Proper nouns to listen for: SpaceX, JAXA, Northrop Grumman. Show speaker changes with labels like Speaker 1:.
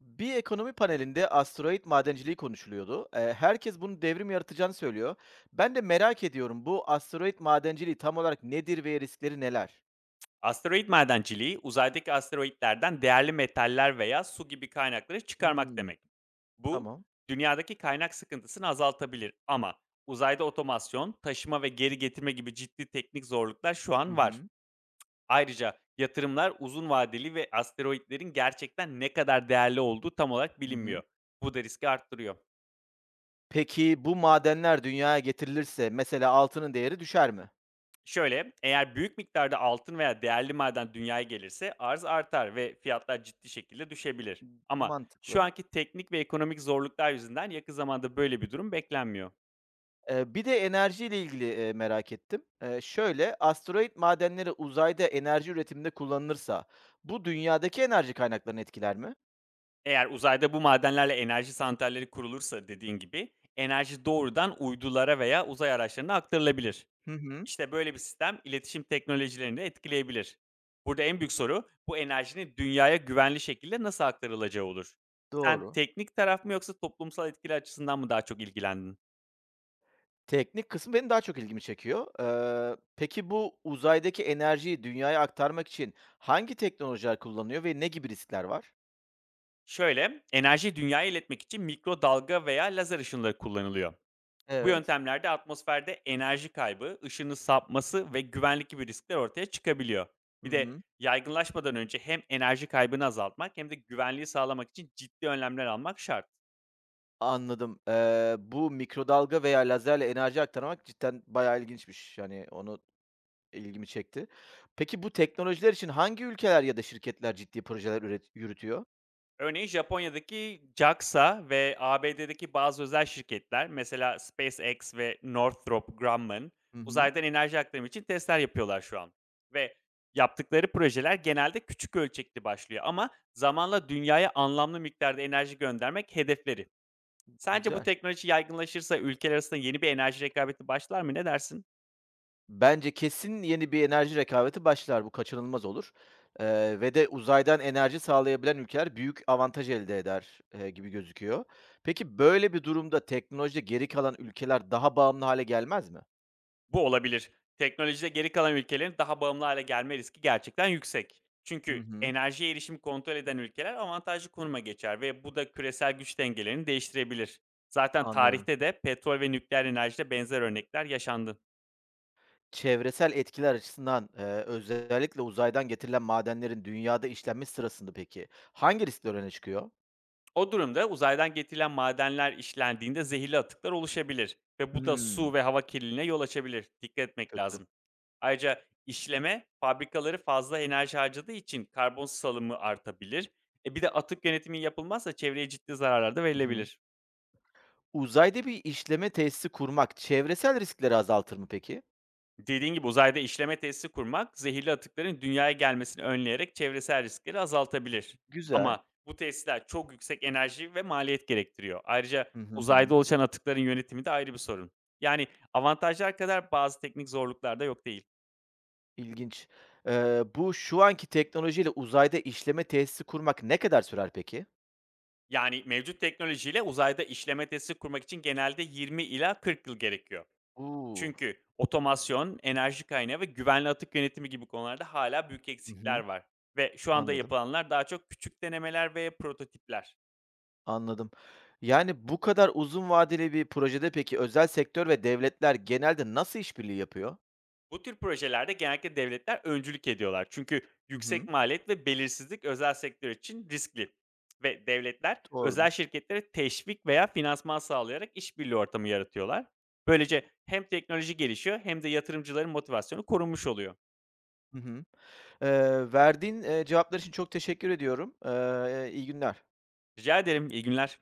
Speaker 1: Bir ekonomi panelinde asteroid madenciliği konuşuluyordu. Herkes bunun devrim yaratacağını söylüyor. Ben de merak ediyorum, bu asteroid madenciliği tam olarak nedir ve riskleri neler?
Speaker 2: Asteroid madenciliği, uzaydaki asteroidlerden değerli metaller veya su gibi kaynakları çıkarmak
Speaker 1: Hımm.
Speaker 2: demek. Bu,
Speaker 1: Tamam.
Speaker 2: dünyadaki kaynak sıkıntısını azaltabilir ama uzayda otomasyon, taşıma ve geri getirme gibi ciddi teknik zorluklar şu
Speaker 1: Hı
Speaker 2: an var.
Speaker 1: hı.
Speaker 2: Ayrıca yatırımlar uzun vadeli ve asteroidlerin gerçekten ne kadar değerli olduğu tam olarak
Speaker 1: Hı
Speaker 2: bilinmiyor.
Speaker 1: hı.
Speaker 2: Bu da riski arttırıyor.
Speaker 1: Peki bu madenler dünyaya getirilirse mesela altının değeri düşer mi?
Speaker 2: Şöyle, eğer büyük miktarda altın veya değerli maden dünyaya gelirse arz artar ve fiyatlar ciddi şekilde düşebilir. Ama şu
Speaker 1: Mantıklı.
Speaker 2: anki teknik ve ekonomik zorluklar yüzünden yakın zamanda böyle bir durum beklenmiyor.
Speaker 1: Bir de enerjiyle ilgili merak ettim. Şöyle, asteroid madenleri uzayda enerji üretiminde kullanılırsa bu dünyadaki enerji kaynaklarını etkiler mi?
Speaker 2: Eğer uzayda bu madenlerle enerji santralleri kurulursa dediğin gibi enerji doğrudan uydulara veya uzay araçlarına aktarılabilir.
Speaker 1: Hı hı.
Speaker 2: İşte böyle bir sistem iletişim teknolojilerini de etkileyebilir. Burada en büyük soru bu enerjinin dünyaya güvenli şekilde nasıl aktarılacağı olur. Sen
Speaker 1: Doğru.
Speaker 2: teknik taraf mı yoksa toplumsal etkili açısından mı daha çok ilgilendin?
Speaker 1: Teknik kısmı benim daha çok ilgimi çekiyor. Peki bu uzaydaki enerjiyi dünyaya aktarmak için hangi teknolojiler kullanıyor ve ne gibi riskler var?
Speaker 2: Şöyle, enerjiyi dünyaya iletmek için mikrodalga veya lazer ışınları kullanılıyor. Bu
Speaker 1: Evet.
Speaker 2: yöntemlerde atmosferde enerji kaybı, ışının sapması ve güvenlik gibi riskler ortaya çıkabiliyor. Bir
Speaker 1: Hı
Speaker 2: de
Speaker 1: hı.
Speaker 2: yaygınlaşmadan önce hem enerji kaybını azaltmak hem de güvenliği sağlamak için ciddi önlemler almak şart.
Speaker 1: Anladım. Bu mikrodalga veya lazerle enerji aktarmak cidden bayağı ilginçmiş. Yani onu ilgimi çekti. Peki bu teknolojiler için hangi ülkeler ya da şirketler ciddi projeler yürütüyor?
Speaker 2: Örneğin Japonya'daki JAXA ve ABD'deki bazı özel şirketler mesela SpaceX ve Northrop Grumman
Speaker 1: Hı hı.
Speaker 2: uzaydan enerji aktarımı için testler yapıyorlar şu an. Ve yaptıkları projeler genelde küçük ölçekli başlıyor ama zamanla dünyaya anlamlı miktarda enerji göndermek hedefleri. Sence bu
Speaker 1: Güzel.
Speaker 2: teknoloji yaygınlaşırsa ülkeler arasında yeni bir enerji rekabeti başlar mı? Ne dersin?
Speaker 1: Bence kesin yeni bir enerji rekabeti başlar. Bu kaçınılmaz olur, ve de uzaydan enerji sağlayabilen ülkeler büyük avantaj elde eder, gibi gözüküyor. Peki böyle bir durumda teknolojide geri kalan ülkeler daha bağımlı hale gelmez mi?
Speaker 2: Bu olabilir. Teknolojide geri kalan ülkelerin daha bağımlı hale gelme riski gerçekten yüksek.
Speaker 1: Hı
Speaker 2: Çünkü
Speaker 1: hı,
Speaker 2: enerjiye erişimi kontrol eden ülkeler avantajlı konuma geçer ve bu da küresel güç dengelerini değiştirebilir. Zaten
Speaker 1: anlıyorum.
Speaker 2: tarihte de petrol ve nükleer enerjide benzer örnekler yaşandı.
Speaker 1: Çevresel etkiler açısından, özellikle uzaydan getirilen madenlerin dünyada işlenmesi sırasında peki hangi riskler öne çıkıyor?
Speaker 2: O durumda uzaydan getirilen madenler işlendiğinde zehirli atıklar oluşabilir ve bu da su
Speaker 1: Hımm,
Speaker 2: ve hava kirliliğine yol açabilir. Dikkat etmek
Speaker 1: kötü.
Speaker 2: lazım. Ayrıca işleme fabrikaları fazla enerji harcadığı için karbon salımı artabilir. Bir de atık yönetimi yapılmazsa çevreye ciddi zararlar da
Speaker 1: Hı hı.
Speaker 2: verilebilir.
Speaker 1: Uzayda bir işleme tesisi kurmak çevresel riskleri azaltır mı peki?
Speaker 2: Dediğin gibi uzayda işleme tesisi kurmak zehirli atıkların dünyaya gelmesini önleyerek çevresel riskleri azaltabilir.
Speaker 1: Güzel.
Speaker 2: Ama bu tesisler çok yüksek enerji ve maliyet gerektiriyor. Ayrıca
Speaker 1: Hı hı,
Speaker 2: uzayda
Speaker 1: hı.
Speaker 2: oluşan atıkların yönetimi de ayrı bir sorun. Yani avantajlar kadar bazı teknik zorluklar da yok değil.
Speaker 1: İlginç. Bu şu anki teknolojiyle uzayda işleme tesisi kurmak ne kadar sürer peki?
Speaker 2: Yani mevcut teknolojiyle uzayda işleme tesisi kurmak için genelde 20 ila 40 yıl gerekiyor.
Speaker 1: Oo.
Speaker 2: Çünkü otomasyon, enerji kaynağı ve güvenli atık yönetimi gibi konularda hala büyük
Speaker 1: Hı
Speaker 2: eksikler
Speaker 1: hı.
Speaker 2: var ve şu anda
Speaker 1: Anladım,
Speaker 2: yapılanlar daha çok küçük denemeler ve prototipler.
Speaker 1: anladım. Yani, bu kadar uzun vadeli bir projede peki özel sektör ve devletler genelde nasıl işbirliği yapıyor?
Speaker 2: Bu tür projelerde genellikle devletler öncülük ediyorlar. Çünkü
Speaker 1: Hı
Speaker 2: yüksek
Speaker 1: hı.
Speaker 2: maliyet ve belirsizlik özel sektör için riskli ve devletler özel
Speaker 1: Doğrudur.
Speaker 2: şirketlere teşvik veya finansman sağlayarak işbirliği ortamı yaratıyorlar. Böylece hem teknoloji gelişiyor hem de yatırımcıların motivasyonu korunmuş oluyor.
Speaker 1: Hı hı. Verdiğin cevaplar için çok teşekkür ediyorum. İyi günler.
Speaker 2: Rica ederim, iyi günler.